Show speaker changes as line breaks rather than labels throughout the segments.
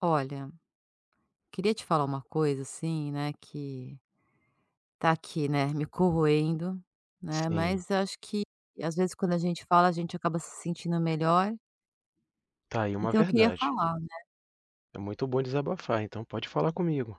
Olha, queria te falar uma coisa assim, né, que tá aqui, né, me corroendo, né,
Sim,
mas eu acho que às vezes quando a gente fala, a gente acaba se sentindo melhor.
tá aí uma
Então eu queria
verdade.
falar, né.
É muito bom desabafar, então pode falar comigo.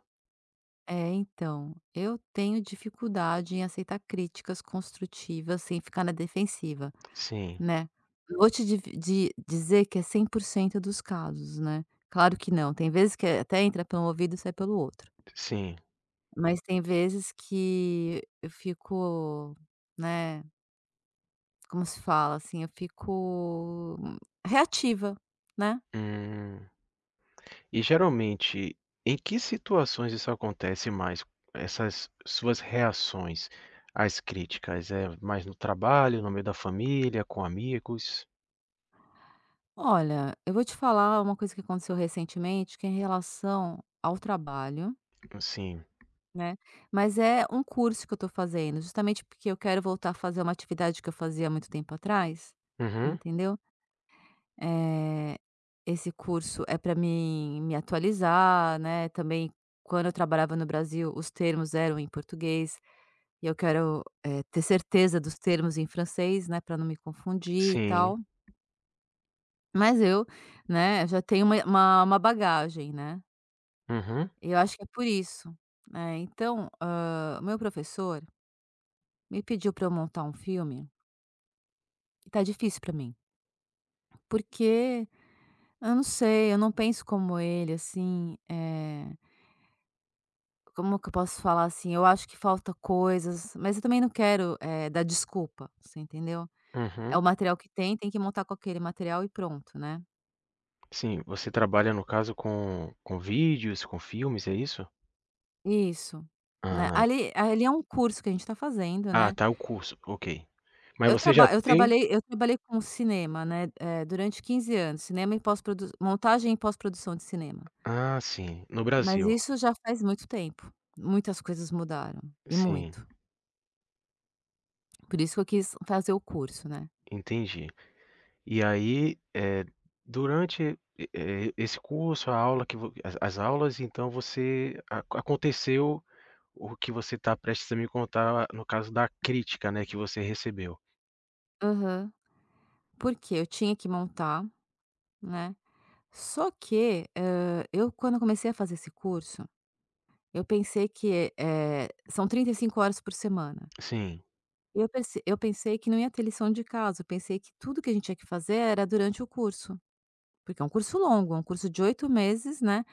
É, então, eu tenho dificuldade em aceitar críticas construtivas sem ficar na defensiva,
Sim,
né. Não vou te div di dizer que é 100% dos casos, né, claro que não, tem vezes que até entra pelo ouvido e sai pelo outro.
sim.
Mas tem vezes que eu fico, né, como se fala, assim, eu fico reativa, né.
Hum. E geralmente, em que situações isso acontece mais? Essas suas reações às críticas, é mais no trabalho, no meio da família, com amigos?
Olha, eu vou te falar uma coisa que aconteceu recentemente, que é em relação ao trabalho,
Sim.
né, mas é um curso que eu tô fazendo, justamente porque eu quero voltar a fazer uma atividade que eu fazia há muito tempo atrás,
Uhum.
entendeu. É, esse curso é para mim me atualizar, né, também quando eu trabalhava no Brasil, os termos eram em português. E eu quero, ter certeza dos termos em francês, né, para não me confundir e
Sim.
tal. Mas eu, né, já tenho uma bagagem, né.
Uhum.
Eu acho que é por isso, né. Então, o meu professor me pediu para eu montar um filme e tá difícil para mim, porque eu não sei, eu não penso como ele, assim, como que eu posso falar, assim, eu acho que falta coisas, mas eu também não quero, dar desculpa, você entendeu. É
Uhum.
o material que tem, tem que montar com aquele material e pronto, né.
Sim, você trabalha no caso com vídeos, com filmes, é isso?
Isso, né,
Ah,
ali é um curso que a gente tá fazendo,
ah,
né.
tá, o curso, ok. Mas
Eu
você já
traba eu
tem.
trabalhei eu trabalhei com cinema, né, durante 15 anos, cinema e pós-produ montagem e pós-produção de cinema.
Ah, sim, no
Mas
Brasil.
isso já faz muito tempo, muitas coisas mudaram, e
Sim,
muito. Por isso que eu quis fazer o curso, né.
entendi. E aí, esse curso, a aula que vo as aulas, então você a aconteceu o que você está prestes a me contar, no caso da crítica, né, que você recebeu.
Aham. Porque eu tinha que montar, né, só que, eu quando comecei a fazer esse curso, eu pensei que, são 35 horas por semana.
Sim.
Eu pensei que não ia ter lição de casa, eu pensei que tudo que a gente tinha que fazer era durante o curso, porque é um curso longo, é um curso de 8 meses, né,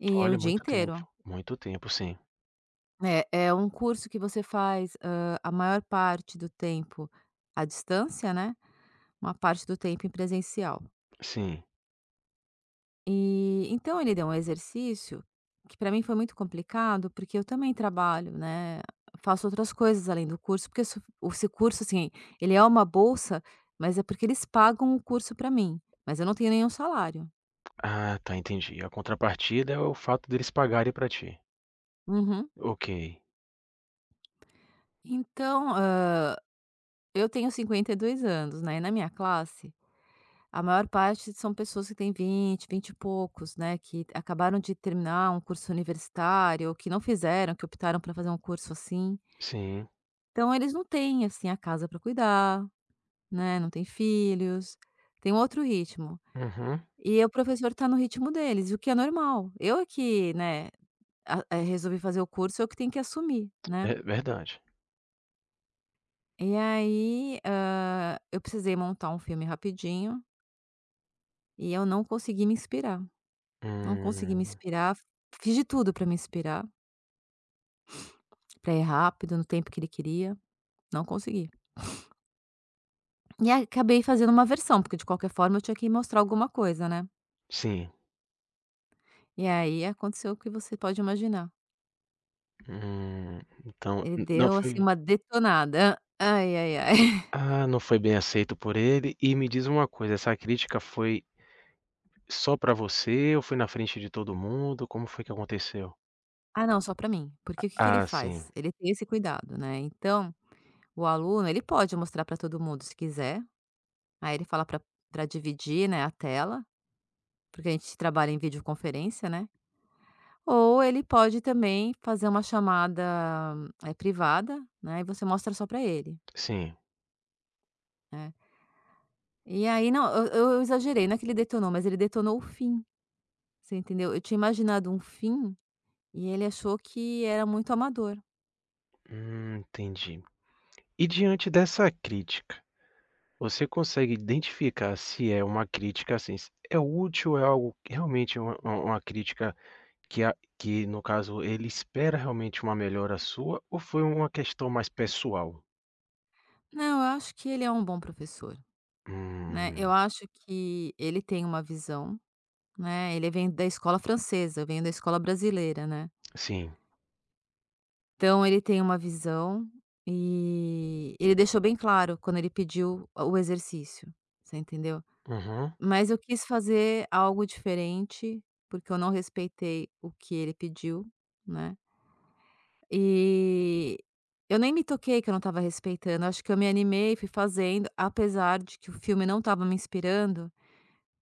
e é o
Olha,
dia inteiro.
muito tempo, sim,
É um curso que você faz, a maior parte do tempo à distância, né, uma parte do tempo em presencial.
sim.
E então ele deu um exercício que para mim foi muito complicado, porque eu também trabalho, né, faço outras coisas além do curso, porque esse curso, assim, ele é uma bolsa, mas é porque eles pagam o curso para mim, mas eu não tenho nenhum salário.
Ah, tá, entendi. A contrapartida é o fato deles pagarem para ti.
Uhum.
Ok,
Então, eu tenho 52 anos, né, e na minha classe, a maior parte são pessoas que têm 20, 20 e poucos, né, que acabaram de terminar um curso universitário, ou que não fizeram, que optaram para fazer um curso assim.
sim.
Então eles não têm, assim, a casa para cuidar, né, não tem filhos, tem um outro ritmo.
Uhum.
E o professor está no ritmo deles, o que é normal. Eu é que, né, resolvi fazer o curso, eu que tenho que assumir, né.
É verdade.
E aí, eu precisei montar um filme rapidinho e eu não consegui me inspirar, não consegui me
Hum,
inspirar. Fiz de tudo para me inspirar, para ir rápido, no tempo que ele queria, não consegui. E aí acabei fazendo uma versão, porque de qualquer forma eu tinha que mostrar alguma coisa, né.
sim.
E aí aconteceu o que você pode imaginar.
Hum, então
Ele deu, assim, uma detonada. Ai, ai, ai.
não foi bem aceito por ele. E me diz uma coisa, essa crítica foi só pra você ou foi na frente de todo mundo? Como foi que aconteceu?
Ah, não, só pra mim, porque o que que ele
Ah, sim,
faz? Ele tem esse cuidado, né. Então, o aluno, ele pode mostrar pra todo mundo se quiser, aí ele fala pra dividir, né, a tela, porque a gente trabalha em videoconferência, né. Ou ele pode também fazer uma chamada, privada, né, e você mostra só pra ele,
sim.
né. E aí não, eu exagerei, não é que ele detonou, mas ele detonou o fim, você entendeu. Eu tinha imaginado um fim. E ele achou que era muito amador.
Entendi. E diante dessa crítica, você consegue identificar se é uma crítica, assim, se é útil, é algo que realmente uma crítica que no caso ele espera realmente uma melhora sua ou foi uma questão mais pessoal?
Não, eu acho que ele é um bom professor, né. Eu
Hum,
acho que ele tem uma visão, né, ele vem da escola francesa, eu venho da escola brasileira, né.
sim.
Então ele tem uma visão e ele deixou bem claro quando ele pediu o exercício, você entendeu.
Uhum.
Mas eu quis fazer algo diferente, porque eu não respeitei o que ele pediu, né. E eu nem me toquei que eu não estava respeitando, acho que eu me animei e fui fazendo, apesar de que o filme não estava me inspirando,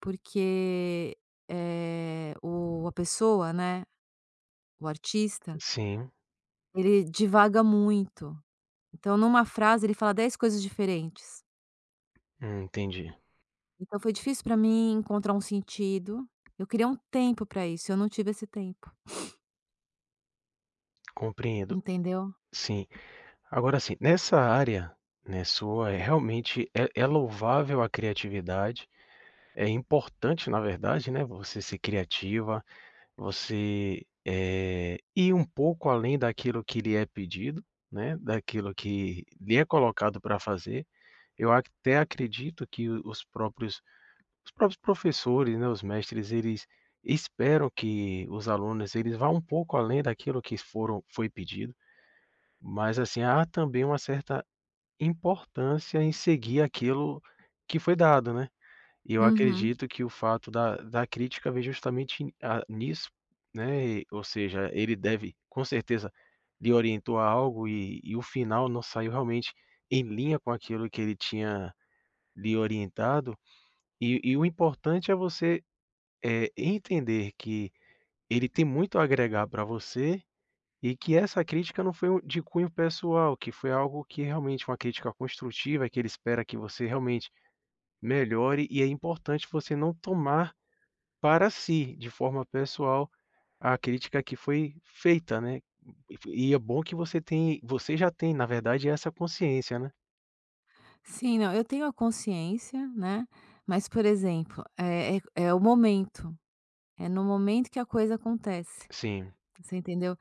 porque, o a pessoa, né, o artista,
Sim,
ele divaga muito. Então numa frase ele fala 10 coisas diferentes.
entendi.
Então foi difícil para mim encontrar um sentido, eu queria um tempo para isso, eu não tive esse tempo,
Compreendo,
entendeu?
sim. Agora sim nessa área, né, sua, é realmente é louvável a criatividade, é importante na verdade, né, você ser criativa, você, ir um pouco além daquilo que lhe é pedido, né, daquilo que lhe é colocado para fazer. Eu até acredito que os próprios professores, né, os mestres, eles esperam que os alunos eles vá um pouco além daquilo que foram foi pedido, mas assim, há também uma certa importância em seguir aquilo que foi dado, né. E eu
Uhum.
acredito que o fato da crítica vem justamente ni- a nisso, né. Ou seja, ele deve, com certeza, lhe orientou a algo e o final não saiu realmente em linha com aquilo que ele tinha lhe orientado, e o importante é você entender que ele tem muito a agregar para você e que essa crítica não foi um de cunho pessoal, que foi algo que realmente uma crítica construtiva, que ele espera que você realmente melhore e é importante você não tomar para si, de forma pessoal, a crítica que foi feita, né. E é bom que você já tem, na verdade, essa consciência, né.
Sim, não, eu tenho a consciência, né, mas, por exemplo, é o momento, é no momento que a coisa acontece,
Sim,
você entendeu?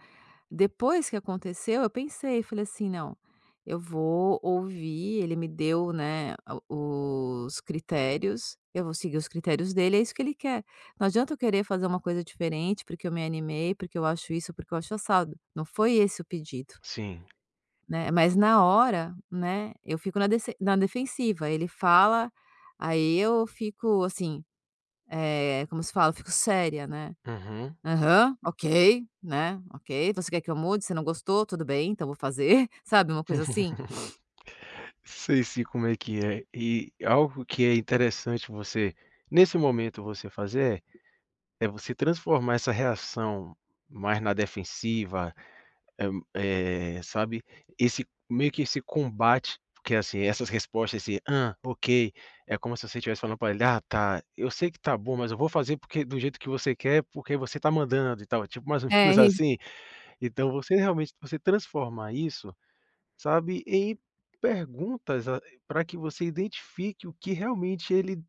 Depois que aconteceu, eu pensei, falei assim: "Não, eu vou ouvir, ele me deu, né, o os critérios, eu vou seguir os critérios dele, é isso que ele quer". Não adianta eu querer fazer uma coisa diferente, porque eu me animei, porque eu acho isso, porque eu acho assado, não foi esse o pedido.
sim.
Né, mas na hora, né, eu fico na defensiva, ele fala, aí eu fico assim, como se fala? Eu fico séria, né.
Uhum.
"Aham, ok", né, "Ok, você quer que eu mude? Você não gostou? Tudo bem, então vou fazer", sabe, uma coisa assim?
Sei sim como é que é. E algo que é interessante você, nesse momento, você fazer é você transformar essa reação mais na defensiva, eh sabe, esse meio que esse combate, porque, assim, essas respostas, esse: "Hã, ok", é como se você estivesse falando para ele: "Ah, tá, eu sei que tá bom, mas eu vou fazer porque do jeito que você quer, porque você tá mandando e tal", tipo mais ou
É
menos
isso.
assim. Então você realmente você transformar isso. Sabe, e perguntas, para que você identifique o que realmente ele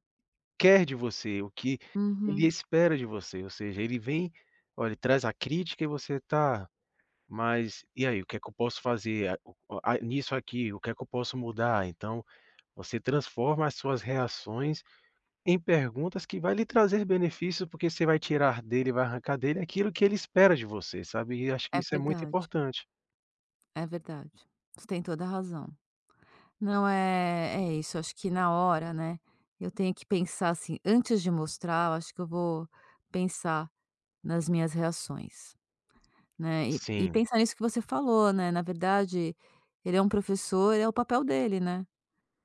quer de você, o que ele
Uhum.
espera de você, ou seja, ele vem, olha, ele traz a crítica e você: "Tá, mas e aí, o que é que eu posso fazer a o a nisso aqui, o que é que eu posso mudar?". Então, você transforma as suas reações em perguntas que vai lhe trazer benefícios, porque você vai tirar dele, vai arrancar dele aquilo que ele espera de você, sabe, e acho que
É
isso é muito
verdade,
importante.
é verdade. Você tem toda a razão. Não, é isso, acho que na hora, né, eu tenho que pensar assim, antes de mostrar, eu acho que eu vou pensar nas minhas reações. Né, e
Sim.
pensar nisso que você falou, né, na verdade, ele é um professor, é o papel dele, né,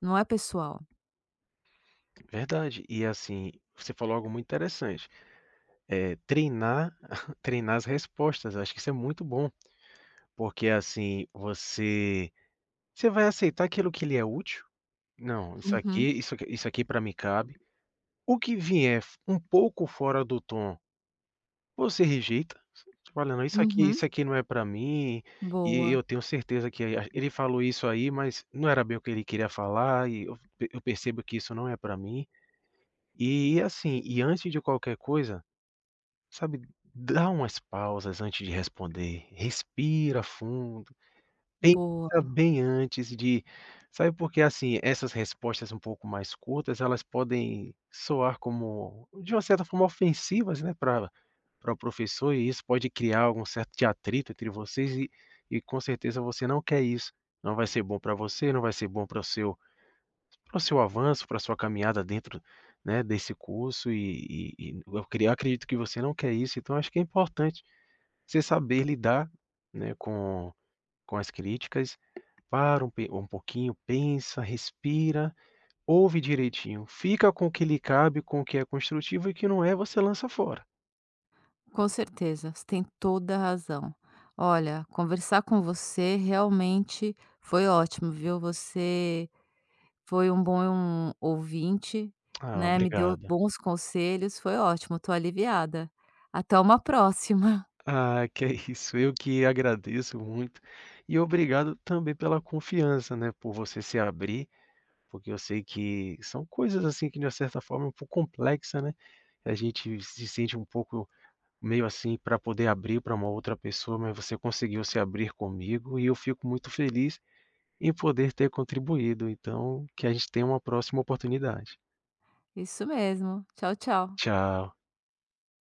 não é pessoal.
Verdade. E assim, você falou algo muito interessante, treinar treinar as respostas. Eu acho que isso é muito bom, porque assim, você vai aceitar aquilo que lhe é útil? "Não, isso aqui
Uhum,
isso aqui isso aqui para mim cabe". O que vier f um pouco fora do tom, você rejeita, você fala: "Não,
uhum.
isso aqui não é para mim, e
Boa,
eu tenho certeza que a ele falou isso aí, mas não era bem o que ele queria falar e eu percebo que isso não é para mim". E assim, e antes de qualquer coisa. Sabe, dá umas pausas antes de responder, respira fundo, pensa
boa.
bem antes de sabe, porque, assim, essas respostas um pouco mais curtas, elas podem soar como, de uma certa forma, ofensivas, né, para o professor e isso pode criar algum certo de atrito entre vocês e com certeza você não quer isso. Não vai ser bom para você, não vai ser bom para o seu avanço, para a sua caminhada dentro, né, desse curso e eu acredito que você não quer isso, então acho que é importante você saber lidar, né, com as críticas, para um pe um pouquinho, pensa, respira, ouve direitinho, fica com o que lhe cabe, com o que é construtivo e o que não é, você lança fora.
Com certeza, você tem toda a razão. Olha, conversar com você realmente foi ótimo, viu, você foi um bom ouvinte,
Ah,
né, me deu
obrigado.
bons conselhos, foi ótimo, estou aliviada. Até uma próxima.
Ah, que é isso, eu que agradeço muito e obrigado também pela confiança, né, por você se abrir. Porque eu sei que são coisas, assim, que de uma certa forma é um pouco complexa, né, a gente se sente um pouco meio assim para poder abrir para uma outra pessoa, mas você conseguiu se abrir comigo e eu fico muito feliz em poder ter contribuído, então que a gente tenha uma próxima oportunidade.
Isso mesmo. Tchau, tchau.
Tchau.